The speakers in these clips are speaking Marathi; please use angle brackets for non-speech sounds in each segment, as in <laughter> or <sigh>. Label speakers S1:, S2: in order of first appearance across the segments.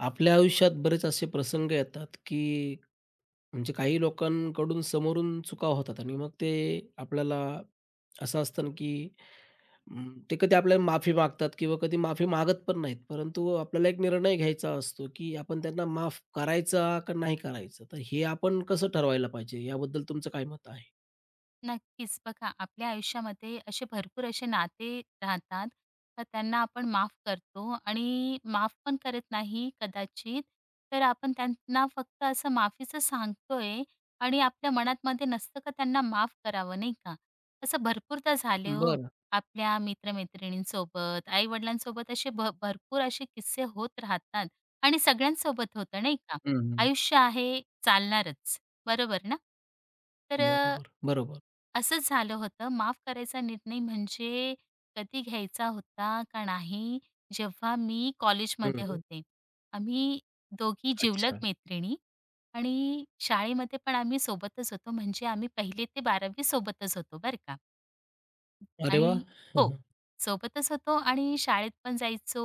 S1: आपल्या आयुष्यात बरेच असे प्रसंग येतात, की म्हणजे काही लोकांकडून समोरून चुका होतात आणि मग ते आपल्याला असं असतं ना, की ते कधी आपल्याला माफी मागतात किंवा कधी माफी मागत पण नाहीत. परंतु आपल्याला एक निर्णय घ्यायचा असतो, की आपण त्यांना माफ करायचा का नाही करायचं? तर हे आपण कसं ठरवायला पाहिजे? याबद्दल तुमचं काय मत आहे?
S2: नक्कीच. बघा, आपल्या आयुष्यामध्ये असे भरपूर असे नाते राहतात. तर त्यांना आपण माफ करतो आणि माफ पण करत नाही कदाचित. तर आपण त्यांना फक्त असं माफीचं सांगतोय आणि आपल्या मनातमध्ये नसतं का त्यांना माफ करावं, नाही का? असं भरपूरदा झाले हो.
S1: बरं.
S2: आपल्या मित्र-मैत्रिणींसोबत, आई असे भरपूर असे किस्से होत राहतात आणि सगळ्यांसोबत होतं, नाही का?
S1: हं,
S2: आयुष्य आहे चालणारच, बरोबर ना? तर
S1: बरोबर. बरोबर.
S2: असंच झालं होतं. माफ करायचा निर्णय म्हणजे कधी घ्यायचा होता का नाही, जेव्हा मी कॉलेजमध्ये
S1: हं,
S2: होते. आम्ही दोघी जिवलग
S1: अच्छा.
S2: मैत्रिणी आणि शाळेमध्ये पण आम्ही सोबतच होतो. म्हणजे आम्ही 1 ते 12वी सोबतच होतो बरं का.
S1: अरे वाह!
S2: आणि हो,
S1: <laughs>
S2: सोबतच होतो आणि शाळेत पण जायचो,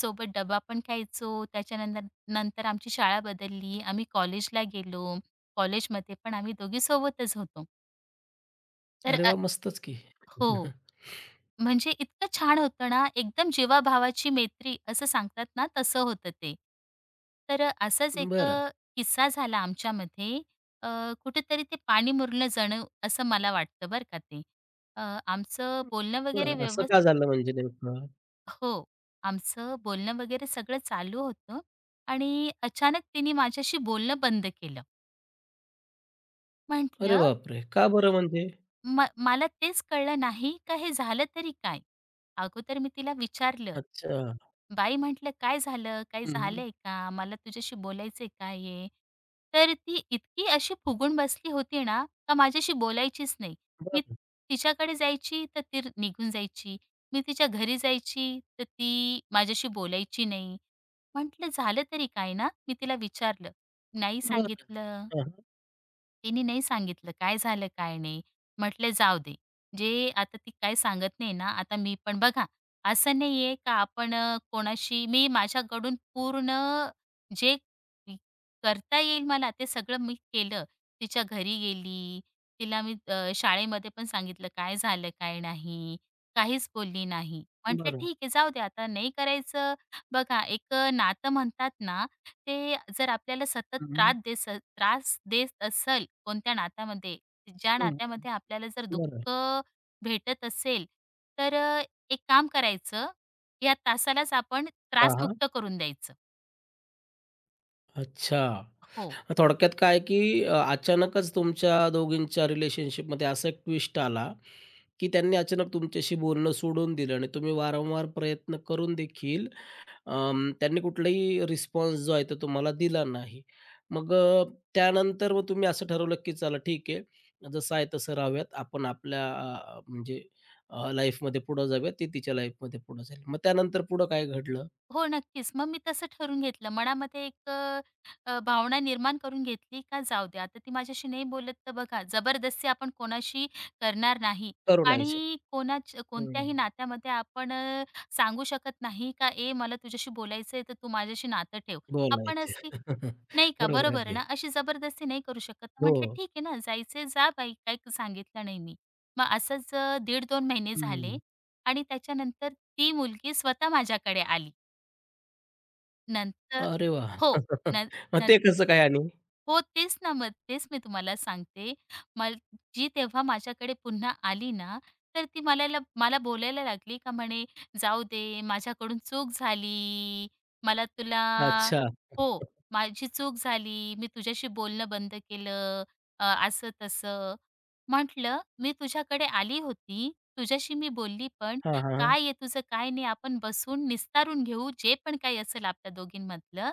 S2: सोबत डबा पण खायचो. नंतर आमची शाळा बदलली. आम्ही कॉलेजला गेलो. कॉलेजमध्ये पण आम्ही दोघी सोबतच होतो. तर
S1: अरे
S2: अ
S1: वाह! मस्तच की.
S2: हो.
S1: <laughs>
S2: म्हणजे इतकं छान होतं ना, एकदम जीवाभावाची मैत्री असं सांगतात ना, तसं होतं ते. असाच एक
S1: बरं.
S2: किस्सा झाला आमच्यामध्ये. अ, कुठेतरी ते पाणी मुरलं जणू असं मला वाटतं बरं का ते. अ, आमचं बोलणं वगैरे
S1: बरं, असं
S2: व्यवस्
S1: का झालं म्हणजे नेमकं?
S2: हो, आमचं बोलणं वगैरे सगळं चालू होतं आणि अचानक तिने माझ्याशी बोलणं बंद केलं.
S1: अरे
S2: म्हटलं
S1: बापरे! का बरं म्हणजे?
S2: मला तेच कळलं नाही का हे झालं तरी काय? अगोदर मी तिला विचारलं.
S1: अच्छा.
S2: "बाई," म्हटलं, "काय झालं? काही
S1: हं, हं.
S2: झालंय का? मला तुझ्याशी बोलायचंय काय आहे?" तर ती इतकी अशी फुगून बसली होती ना, का माझ्याशी बोलायचीच नाही. मी
S1: बरं,
S2: तिच्याकडे जायची तर ती निघून जायची. मी तिच्या घरी जायची तर ती माझ्याशी बोलायची नाही. म्हटलं, "झालं तरी काय ना?" मी तिला विचारलं. "नाही
S1: बरं.
S2: सांगितलं."
S1: हां, हां.
S2: तिने नाही सांगितलं काय झालं काय नाही. म्हटले जाऊ दे. जे आता ती काय सांगत नाही ना, आता मी पण बघा असं नाहीये का आपण कोणाशी मी माझ्याकडून पूर्ण जे इ करता येईल मला ते सगळं मी केलं. तिच्या घरी गेली, तिला मी शाळेमध्ये पण सांगितलं काय झालं, काय नाही. काहीच बोलली नाही. म्हटलं
S1: बरं.
S2: ठीक आहे जाऊ दे आता नाही करायचं. बघा एक नातं म्हणतात ना ते जर आपल्याला सतत
S1: हं, हं.
S2: त्रास देस स त्रास देत असेल कोणत्या नात्यामध्ये, ज्या
S1: हं, हं.
S2: नात्यामध्ये आपल्याला जर
S1: बरं.
S2: दुःख भेटत असेल, तर अ, एक काम करायचं, या तासालाच आपण
S1: हां, हां.
S2: त्रासमुक्त करून द्यायचं.
S1: अच्छा.
S2: हो.
S1: मग थोडक्यात काय की अचानकच तुमच्या दोघींच्या रिलेशनशिपमध्ये असा एक ट्विस्ट आला, की त्यांनी अचानक तुमच्याशी बोलणं सोडून दिलं आणि तुम्ही वारंवार प्रयत्न करून देखील त्यांनी कुठलाही रिस्पॉन्स जो आहे तो तुम्हाला दिला नाही. मग त्यानंतर मग तुम्ही असं ठरवलं की चला ठीक आहे, जसं आहे तसं राहूयात. आपण आपल्या म्हणजे लाईफमध्ये पुढं जाऊयात. ती तिच्या लाईफमध्ये पुढं जाईल. मग त्यानंतर पुढं काय घडलं?
S2: हो, नक्कीच. मग मी तसं ठरवून घेतलं. मनामध्ये एक अ, अ, भावना निर्माण करून घेतली का जाऊ दे, आता ती माझ्याशी नाही बोलत तर बघा, जबरदस्ती आपण कोणाशी करणार नाही
S1: तरुण आयुष्य.
S2: आणि कोणत्याही नात्यामध्ये आपण सांगू शकत नाही का, "ए, मला तुझ्याशी बोलायचंय, तर तू माझ्याशी नातं ठेव." आपण
S1: बोलायचे.
S2: असली
S1: <laughs>
S2: नाही का,
S1: बरोबर आहे
S2: बरोबर आहे
S1: अगदी.
S2: ना? अशी जबरदस्ती नाही करू शकत.
S1: हो.
S2: म्हटलं, "ठीक आहे ना, जायचंय जा बाई." काही सांगितलं नाही मी. मग असंच 1.5-2 महिने झाले
S1: हं.
S2: आणि त्याच्यानंतर ती मुलगी स्वतः माझ्याकडे आली. नंतर
S1: अरे वाह!
S2: हो.
S1: <laughs>
S2: न
S1: मग
S2: न
S1: ते कसं काय आणि?
S2: हो, तेच ना, मग तेच मी तुम्हाला सांगते. मल जी तेव्हा माझ्याकडे पुन्हा आली ना, तर ती मला बोलायला लागली का म्हणे, "जाऊ दे, माझ्याकडून चूक झाली. मला तुला"
S1: अच्छा.
S2: हो, "माझी चूक झाली. मी तुझ्याशी बोलणं बंद केलं." असं-तसं. म्हटलं, "मी तुझ्याकडे आली होती, तुझ्याशी मी बोलली पण,
S1: हां, हां, हां.
S2: काय आहे तुझं, काय नाही, आपण बसून निस्तारून घेऊ, जे पण काही असेल आपल्या दोघींमधलं."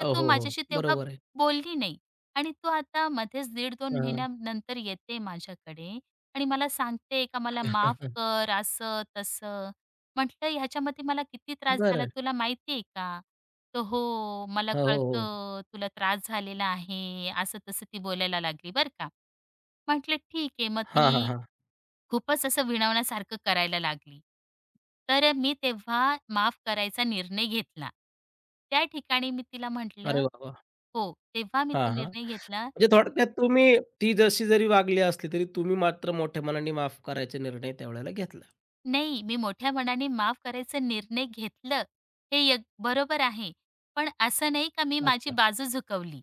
S2: तर
S1: हो,
S2: तू
S1: हो, हो.
S2: माझ्याशी तेव्हा
S1: बरोबर आहे.
S2: बोलली नाही आणि तू आता मध्येच 1.5-2
S1: हां.
S2: महिन्यानंतर येते माझ्याकडे आणि मला सांगते का मला माफ
S1: <laughs>
S2: कर, असं-तसं. म्हटलं, "ह्याच्यामध्ये मला किती त्रास झाला
S1: बरं.
S2: तुला माहिती आहे का?" तर "हो, मला
S1: हो, हो, हो.
S2: कळतं, तुला त्रास झालेला आहे." असं-तसं ती बोलायला लागली बरं का. म्हटलं ठीक आहे. मग
S1: हां, हां,
S2: ती
S1: हां.
S2: खूपच असं विनवण्यासारखं करायला लागली. तर मी तेव्हा माफ करायचा निर्णय घेतला. त्या ठिकाणी मी तिला
S1: अरे
S2: म्हटलं
S1: वाह, वाह!
S2: हो, तेव्हा मी
S1: हां,
S2: तो
S1: हां.
S2: निर्णय घेतला.
S1: म्हणजे थोडक्यात तुम्ही ती जशी जरी वागली असली, तरी तुम्ही मात्र मोठ्या मनाने माफ करायचा निर्णय त्यावेळेला घेतला.
S2: नाही, मी मोठ्या मनाने माफ करायचा निर्णय घेतलं, हे य बरोबर आहे. पण असं नाही का मी माझी
S1: अच्छा.
S2: बाजू झुकवली.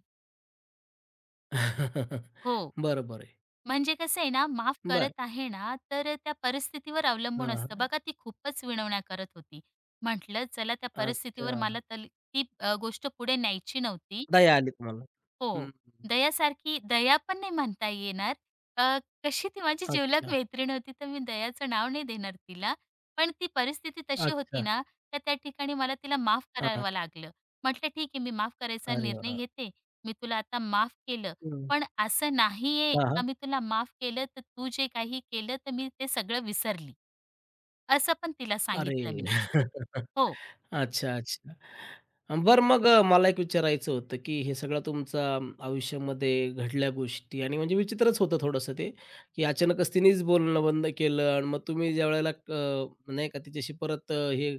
S1: <laughs>
S2: हो.
S1: बरोबर आहे.
S2: म्हणजे कसं आहे ना, माफ
S1: बर
S2: करत आहे ना, तर त्या परिस्थितीवर
S1: हां,
S2: अवलंबून असतं.
S1: हां.
S2: बघा ती खूपच विनवण्या करत होती. म्हटलं चला त्या परिस्थितीवर
S1: अच्छा.
S2: मला तल ती गोष्ट पुढे न्यायची नव्हती.
S1: दया आली तुम्हाला. हं.
S2: हो. दयासारखी दया पण नाही म्हणता येणार. अ, कशी ती माझी जिवलग
S1: अच्छा.
S2: मैत्रीण होती, तर मी दयाचं नाव नाही देणार तिला. पण ती परिस्थिती तशी होती
S1: अच्छा.
S2: ना, तर त्या ठिकाणी मला तिला माफ
S1: हां, हां.
S2: करावं लागलं. म्हटलं, "ठीक आहे, मी माफ करायचा
S1: अरे
S2: निर्णय
S1: वाह!
S2: घेते. मी तुला आता माफ केलं.
S1: हं.
S2: पण असं नाहीये
S1: हां,
S2: का
S1: हां.
S2: मी तुला माफ केलं, तर तू जे काही केलं, तर मी ते सगळं विसरली." असं पण तिला
S1: अरे!
S2: सांगितलं मी.
S1: <laughs>
S2: हो.
S1: अच्छा, अच्छा. बरं मग मला एक विचारायचं होतं, की हे सगळं तुमचा आयुष्यामध्ये घडल्या गोष्टी आणि म्हणजे विचित्रच होतं थोडंसं ते, की अचानकच तिनेच बोलणं बंद केलं आणि मग तुम्ही ज्यावेळेला नाही का तिच्याशी परत हे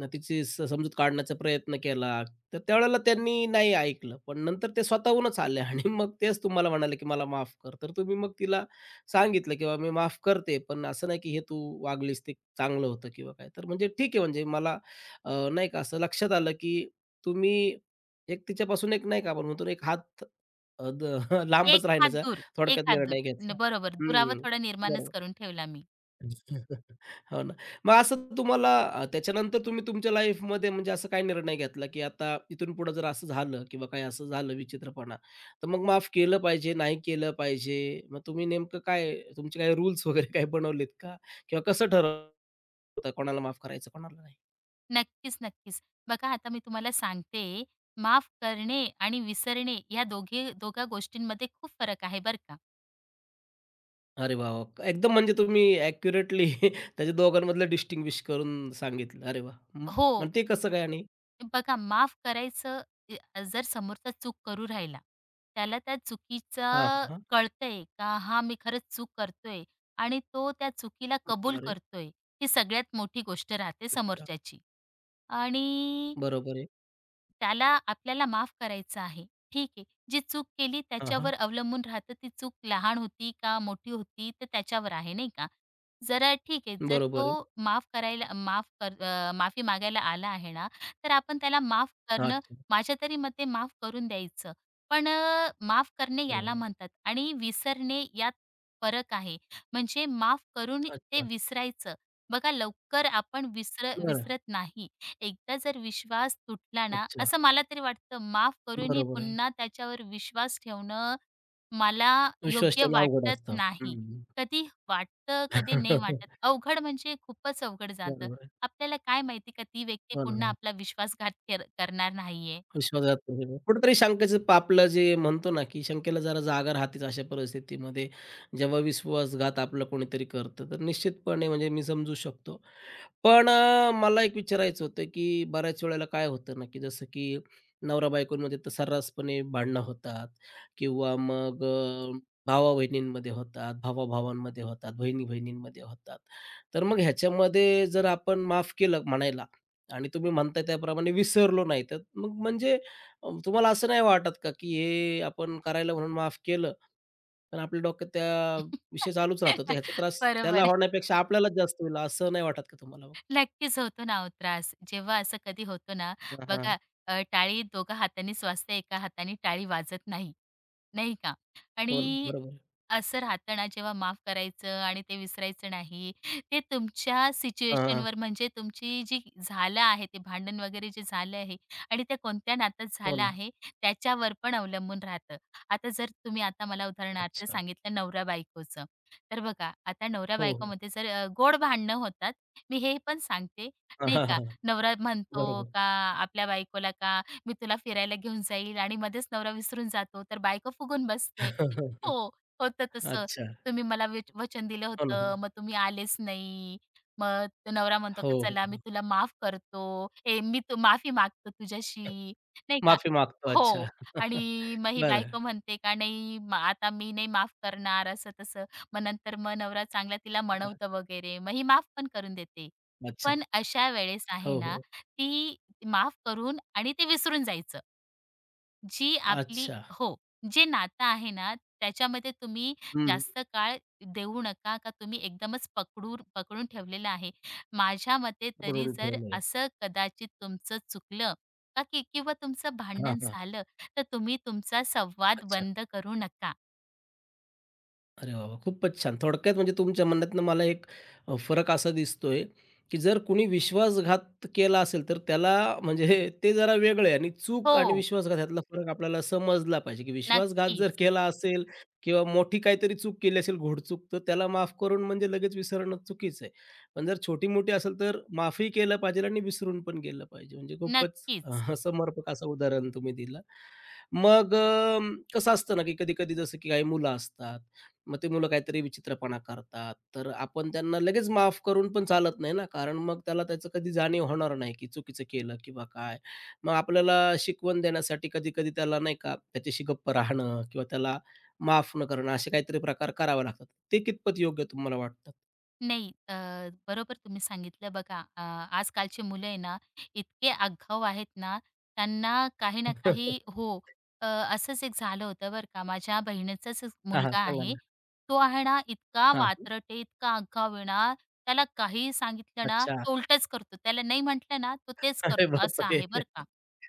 S1: तिची समजूत काढण्याचा प्रयत्न केला, तर त्यावेळेला त्यांनी नाही ऐकलं. पण नंतर ते स्वतःहूनच आले आणि मग तेच तुम्हाला म्हणाले, की "मला माफ कर." तर तुम्ही मग तिला सांगितलं किंवा मी माफ करते, पण असं नाही की हे तू वागलीस ते चांगलं होतं किंवा काय. तर म्हणजे ठीक आहे म्हणजे मला नाही का असं लक्षात आलं की तुम्ही एक तिच्यापासून एक नाही का आपण म्हणतो ना एक हात अ, द <laughs> लांबच
S2: एक हात
S1: राहण्याचा
S2: दूर, एक
S1: थोडक्यात
S2: हात दूर.
S1: निर्णय घेतला.
S2: बरोबर. दुरावा
S1: हं,
S2: थोडा निर्माणच
S1: बरोबर.
S2: करून ठेवला मी.
S1: <laughs> हो ना. मग असं तुम्हाला त्याच्यानंतर तुम्ही तुमच्या लाईफमध्ये म्हणजे असं काय निर्णय घेतला, की आता इथून पुढे जर असं झालं किंवा काही असं झालं विचित्रपणा, तर मग माफ केलं पाहिजे, नाही केलं पाहिजे? मग तुम्ही नेमकं काय तुमचे काही रूल्स वगैरे काही बनवलेत का? किंवा कसं ठरवता कोणाला माफ करायचं, कोणाला नाही?
S2: नक्कीच, नक्कीच. बघा आता मी तुम्हाला सांगते, माफ करणे आणि विसरणे या दोघा गोष्टींमध्ये खूप फरक आहे बरं का.
S1: अरे वाह! वाह! एकदम म्हणजे तुम्ही ॲक्युरेटली <laughs> त्याच्या दोघांमधलं डिस्टिंग्विश करून सांगितलं. अरे वाह!
S2: हो,
S1: मग ते कसं काय आणि?
S2: बघा माफ करायचं जर समोरचा चूक करू राहिला, त्याला त्या
S1: हां, हां,
S2: चुकीचं
S1: हां.
S2: कळतंय का हां, मी खरंच चूक करतोय आणि तो त्या चुकीला कबूल
S1: बरोबर आहे.
S2: करतोय, ही सगळ्यात मोठी गोष्ट राहते
S1: अच्छा.
S2: समोरच्याची. आणि
S1: बरोबर आहे.
S2: त्याला आपल्याला माफ करायचं आहे. ठीक आहे. जी चूक केली
S1: हां, हां.
S2: त्याच्यावर अवलंबून राहतं, ती चूक लहान होती का मोठी होती तर त्याच्यावर आहे नाही का. जरा ठीक आहे, जर
S1: बरोबर
S2: तो
S1: आहे.
S2: माफ करायला माफ कर अ, माफी मागायला आला आहे ना, तर आपण त्याला माफ करणं
S1: अच्छा.
S2: माझ्या तरी मते माफ करून द्यायचं. पण माफ करणे
S1: अरे
S2: याला
S1: वाह!
S2: म्हणतात आणि विसरणे यात फरक आहे. म्हणजे माफ करून ते
S1: अच्छा.
S2: विसरायचं. बघा लवकर आपण
S1: बरं.
S2: विसरत नाही. एकदा जर विश्वास तुटला ना,
S1: अच्छा.
S2: असं मला तरी वाटतं माफ करूनही
S1: बरोबर आहे.
S2: पुन्हा त्याच्यावर विश्वास ठेवणं मला
S1: विश्वास
S2: योग्य
S1: ठेवणं अवघड
S2: वाटत
S1: असतं.
S2: नाही.
S1: हं.
S2: कधी वाटतं, कधी नाही
S1: <laughs>
S2: वाटत. अवघड म्हणजे खूपच अवघड जातं.
S1: बरोबर आहे.
S2: आपल्याला काय माहिती का ती व्यक्ती
S1: हो ना. हो
S2: पुन्हा
S1: ना.
S2: आपला विश्वासघात करणार नाहीये.
S1: विश्वासघात केलेला. <unintelligible> कुठेतरी शंकेचं आपलं जे म्हणतो ना, की शंकेला जरा जागा राहतेच अशा परिस्थितीमध्ये. जेव्हा विश्वासघात आपलं कोणीतरी करतं, तर निश्चितपणे म्हणजे मी समजू शकतो. पण मला एक विचारायचं होतं, की बऱ्याच वेळेला काय होतं ना, की जसं की नवरा-बायकोंमध्ये तर सर्रासपणे भांडणं होतात किंवा मग भावा-बहिणींमध्ये होतात, भावा-भावांमध्ये होतात, बहिणी-बहिणींमध्ये होतात. तर मग ह्याच्यामध्ये जर आपण माफ केलं म्हणायला आणि तुम्ही म्हणताय त्याप्रमाणे विसरलो नाही, तर मग म्हणजे तुम्हाला असं नाही वाटत का, की हे आपण करायला म्हणून माफ केलं, पण आपल्या डोक्यात त्या विषय चालूच राहतो. तर ह्याचा
S2: <laughs>
S1: त्रास त्याला
S2: बरोबर आहे.
S1: होण्यापेक्षा आपल्यालाच जास्त होईल, असं नाही वाटत का तुम्हाला
S2: नक्कीच होतो ना, अहो त्रास. जेव्हा असं कधी होतो ना,
S1: हां, हां.
S2: बघा टाळी दोघा हातांनीच वाजते, एका हाताने टाळी वाजत नाही. नाही का?
S1: हो ना.
S2: आणि
S1: बरोबर.
S2: असं राहतं ना, जेव्हा माफ करायचं आणि ते विसरायचं नाही. ते तुमच्या
S1: हां, हां.
S2: सिच्युएशनवर म्हणजे तुमची जी झालं आहे, ते भांडण वगैरे जे झालं आहे आणि ते कोणत्या नात्यात
S1: हो
S2: झालं
S1: ना.
S2: आहे, त्याच्यावर पण अवलंबून राहतं. आता जर तुम्ही आता मला उदाहरणार्थ
S1: अच्छा.
S2: सांगितलं नवरा-बायकोचं. तर बघा, आता
S1: हो, हो.
S2: नवरा-बायकोमध्ये जर गोड भांडणं होतात, मी हे पण सांगते,
S1: हां,
S2: नाही
S1: हां,
S2: का?
S1: हां.
S2: नवरा म्हणतो
S1: बरोबर.
S2: का आपल्या बायकोला का मी तुला फिरायला घेऊन जाईल आणि मध्येच नवरा विसरून जातो, तर बायको फुगून बसते. हो,
S1: <laughs>
S2: होतं तसं.
S1: अच्छा.
S2: तुम्ही मला वचन दिलं
S1: हो ना, हो
S2: होतं,
S1: ना.
S2: मग तुम्ही आलेच नाही. मग तो नवरा म्हणतो
S1: हो,
S2: का
S1: हो,
S2: "चला मी
S1: हो.
S2: तुला माफ करतो. ए मी तू माफी मागतो तुझ्याशी." नाही का?
S1: माफी मागतो. अच्छा.
S2: हो.
S1: <laughs>
S2: आणि मग ही
S1: बरं.
S2: बायको म्हणते का "नाही म आता मी नाही माफ करणार." असं-तसं. मग नवरा चांगला तिला
S1: हां.
S2: म्हणवतो वगैरे. मग ही माफ पण करून देते.
S1: अच्छा.
S2: पण अशा वेळेस आहे
S1: हो,
S2: ना,
S1: हो.
S2: ती माफ करून आणि ते विसरून जायचं. जी आपली
S1: अच्छा.
S2: हो, जे नातं आहे ना, त्याच्यामध्ये तुम्ही
S1: हं.
S2: जास्त काळ देऊ नका का तुम्ही एकदमच पकडून पकडून ठेवलेलं आहे. माझ्या मते तरी
S1: पकडून
S2: जर
S1: ठेवलंय.
S2: असं कदाचित तुमचं चुकलं का की किंवा तुमचं
S1: हां,
S2: भांडण
S1: हां.
S2: झालं, तर तुम्ही तुमचा संवाद
S1: अच्छा.
S2: बंद करू नका.
S1: अरे वाह, वाह! खूपच छान. थोडक्यात म्हणजे तुमच्या म्हणण्यातनं मला एक फरक असा दिसतोय, की जर कुणी विश्वासघात केला असेल, तर त्याला म्हणजे ते जरा वेगळं आहे आणि चूक आणि
S2: हो,
S1: विश्वासघात ह्यातला फरक आपल्याला समजला पाहिजे, की विश्वासघात जर
S2: नक्कीच,
S1: केला असेल किंवा मोठी काहीतरी चूक केली असेल, घोडचूक, तर त्याला माफ करून म्हणजे लगेच विसरणं चुकीचं आहे. पण जर छोटी-मोठी असेल, तर माफही केलं पाहिजे आणि विसरून पण गेलं पाहिजे. म्हणजे खूपच
S2: नक्कीच.
S1: समर्पक असं उदाहरण तुम्ही दिलं. मग कसं असतं ना, की कधी-कधी जसं की काही मुलं असतात मग ते मुलं काहीतरी विचित्रपणा करतात. तर आपण त्यांना लगेच माफ करून पण चालत नाही ना, कारण मग त्याला त्याचं कधी जाणीव होणार नाही, की चुकीचं केलं किंवा काय. मग आपल्याला शिकवण देण्यासाठी कधी-कधी त्याला नाही का त्याच्याशी गप्प राहणं किंवा त्याला माफ न करणं असे काहीतरी प्रकार करावे लागतात. ते कितपत योग्य तुम्हाला वाटतात?
S2: नाही. बरोबर तुम्ही सांगितलं बघा. आजकालची मुलं आहे ना, इतके आगाऊ आहेत ना, त्यांना काही ना काही
S1: <laughs>
S2: हो. असंच एक झालं होतं बरं का. माझ्या बहिणीचाच एक
S1: हां, हां.
S2: मुलगा
S1: सांगा
S2: आहे.
S1: ना.
S2: तो आहे ना, इतका
S1: हां.
S2: वात्रट आहे, इतका आगाऊ आहे ना, त्याला काहीही सांगितलं ना,
S1: अच्छा.
S2: तो उलटंच करतो. त्याला नाही म्हटलं ना, तो तेच
S1: अरे
S2: करतो. असं
S1: बापरे!
S2: आहे बरं का.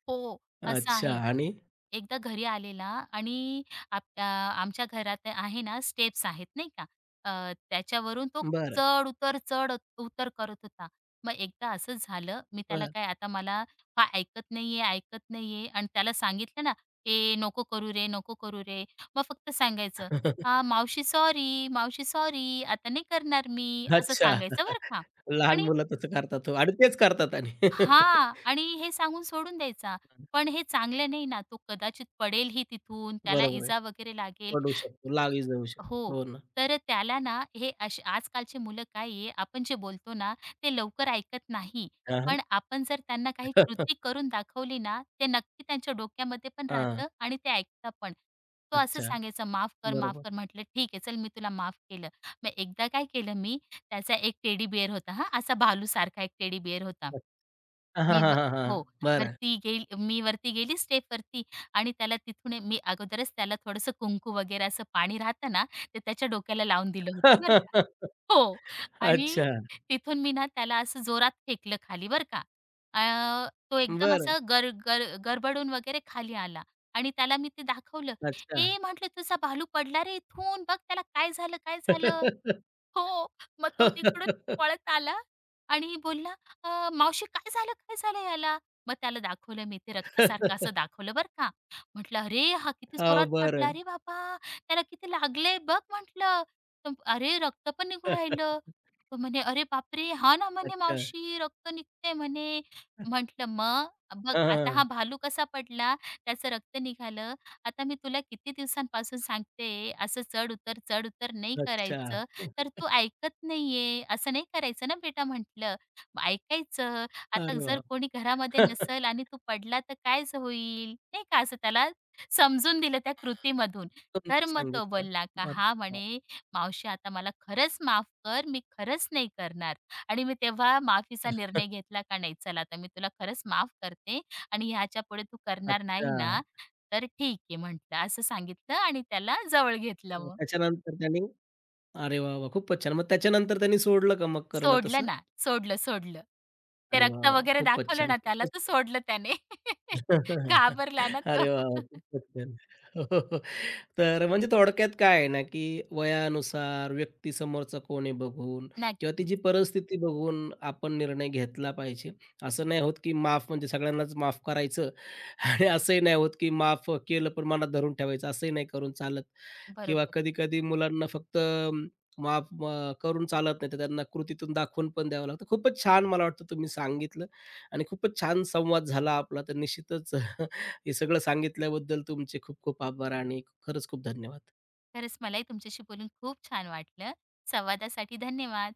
S2: हो, असं
S1: अच्छा
S2: आहे.
S1: आणि?
S2: एकदा घरी आलेला आणि आमच्या घरात आहे ना, स्टेप्स आहेत नाही का. त्याच्यावरून तो
S1: बरं,
S2: चढ-उतर, चढ-उतर करत होता. मग एकदा असं झालं, मी त्याला
S1: बरं.
S2: काय आता मला हा ऐकत नाहीये, ऐकत नाहीये आणि त्याला सांगितलं ना, "ए नको करू रे, नको करू रे." मग फक्त सांगायचं, "हां,
S1: <laughs>
S2: मावशी सॉरी, मावशी सॉरी, आता नाही करणार मी." असं
S1: अच्छा.
S2: सांगायचं बरं का.
S1: लहान
S2: आणि
S1: मुलं तसं करतात हो आणि तेच करतात आणि.
S2: हां,
S1: <laughs>
S2: आणि हे सांगून सोडून द्यायचा. पण हे चांगलं नाही ना, तो कदाचित पडेलही तिथून, त्याला
S1: बरोबर
S2: इजा वगैरे लागेल.
S1: पडू शकतो, लागही जाऊ शकतो.
S2: हो.
S1: हो ना.
S2: तर त्याला ना हे असे आजकालची मुलं काय आहे, आपण जे बोलतो ना, ते लवकर ऐकत नाही.
S1: हां, हां.
S2: पण आपण जर त्यांना काही कृती
S1: <laughs>
S2: करून दाखवली ना, ते नक्की त्यांच्या डोक्यामध्ये पण
S1: हां,
S2: राहतं आणि ते ऐकता पण. तो असं
S1: अच्छा.
S2: सांगायचा, "माफ कर, माफ
S1: बरोबर.
S2: कर." म्हटलं, "ठीक आहे, चल मी तुला माफ केलं." मग एकदा काय केलं मी, त्याचा एक टेडी बिअर होता हां, असा भालूसारखा एक टेडी बिअर होता.
S1: हां, हां,
S2: मी व
S1: हां, हां,
S2: हो,
S1: हां. बरं.
S2: वरती गेली मी वरती गेली स्टेपवरती आणि त्याला तिथून आहे मी अगोदरच त्याला थोडंसं कुंकू वगैरे असं पाणी राहतं ना, ते त्याच्या डोक्याला लावून दिलं होतं बरं का.
S1: <laughs>
S2: हो आणि
S1: अच्छा.
S2: तिथून मी ना त्याला असं जोरात फेकलं खाली बरं का. तो एकदम
S1: बरं.
S2: असं गर गर गडबडून वगैरे खाली आला आणि त्याला मी ते दाखवलं.
S1: अच्छा.
S2: "ए," म्हटलं, "तुझा भालू पडला रे इथून. बघ त्याला काय झालं, काय झालं?" हो. मग तो तिकडून
S1: <laughs>
S2: पळत आला आणि बोलला, " मावशी काय झालं? काय झालं याला?" मग त्याला दाखवलं मी ते रक्तासारखं असं दाखवलं बरं का. म्हटलं, "अरे, हा किती
S1: हो,
S2: जोरात पडला
S1: बरं.
S2: अरे बाबा! त्याला किती लागलंय बघ," म्हटलं. तर "अरे, रक्त पण निघू
S1: <laughs>
S2: राहिलं." तो म्हणे, "अरे बापरे! हा ना," म्हणे,
S1: अच्छा.
S2: "मावशी रक्त निघतंय," म्हणे. म्हटलं, "मग बघ आता
S1: हां,
S2: हा भालू कसा पडला, त्याचं रक्त निघालं. आता मी तुला किती दिवसांपासून सांगते, असं चढ-उतर, चढ-उतर नाही
S1: अच्छा.
S2: करायचं. तर तू ऐकत नाहीये, असं नाही करायचं ना बेटा म्हटलं. ऐकायचं. आता
S1: अरे वाह!
S2: जर कोणी घरामध्ये
S1: समजून
S2: नसेल
S1: <laughs>
S2: आणि तू पडला तर काय होईल? नाही का असं त्याला समजून दिलं त्या कृतीमधून. तर मग तो
S1: सांगितलं.
S2: बोलला का
S1: मग
S2: "हां,"
S1: हो.
S2: म्हणे, "मावशी आता मला खरंच माफ कर, मी खरंच नाही करणार." आणि मी तेव्हा माफीचा निर्णय घेतला का नाही चला आता मी तुला खरंच माफ करते आणि ह्याच्यापुढे तू करणार
S1: अच्छा.
S2: नाही ना, तर ठीक आहे म्हटलं. असं सांगितलं आणि त्याला जवळ घेतलं
S1: मग
S2: मग.
S1: त्याच्यानंतर त्यांनी अरे वाह, वाह! खूपच छान. मग त्याच्यानंतर त्यांनी सोडलं का मग करणं तसं?
S2: सोडलं ना, सोडलं, सोडलं. ते
S1: अरे वाह,
S2: रक्त
S1: वाह!
S2: वगैरे
S1: खूपच
S2: दाखवलं
S1: छान.
S2: ना त्याला,
S1: खूपच
S2: तर
S1: छान.
S2: सोडलं त्याने. <laughs>
S1: <laughs>
S2: घाबरला ना तो.
S1: अरे वाह! वाह!
S2: <laughs>
S1: खूपच छान. <laughs> हो, हो, हो. तर म्हणजे थोडक्यात काय आहे ना, की वयानुसार, व्यक्ती समोरचा कोण आहे बघून किंवा
S2: नक्कीच.
S1: तिची परिस्थिती बघून आपण निर्णय घेतला पाहिजे. असं नाही होत, की माफ म्हणजे सगळ्यांनाच माफ करायचं <laughs> आणि असंही नाही होत, की माफ केलं पण मनात धरून ठेवायचं. असंही नाही करून चालत किंवा
S2: बरोबर आहे.
S1: कधी-कधी मुलांना फक्त माफ करून चालत नाही, तर त्यांना कृतीतून दाखवून पण द्यावं लागतं. खूपच छान मला वाटतं तुम्ही सांगितलं. आणि खूपच छान संवाद झाला आपला. तर निश्चितच <laughs> हे सगळं सांगितल्याबद्दल तुमचे खूप खूप आभार आणि खरंच खूप धन्यवाद.
S2: खरंच मलाही तुमच्याशी बोलून खूप छान वाटलं. संवादासाठी धन्यवाद.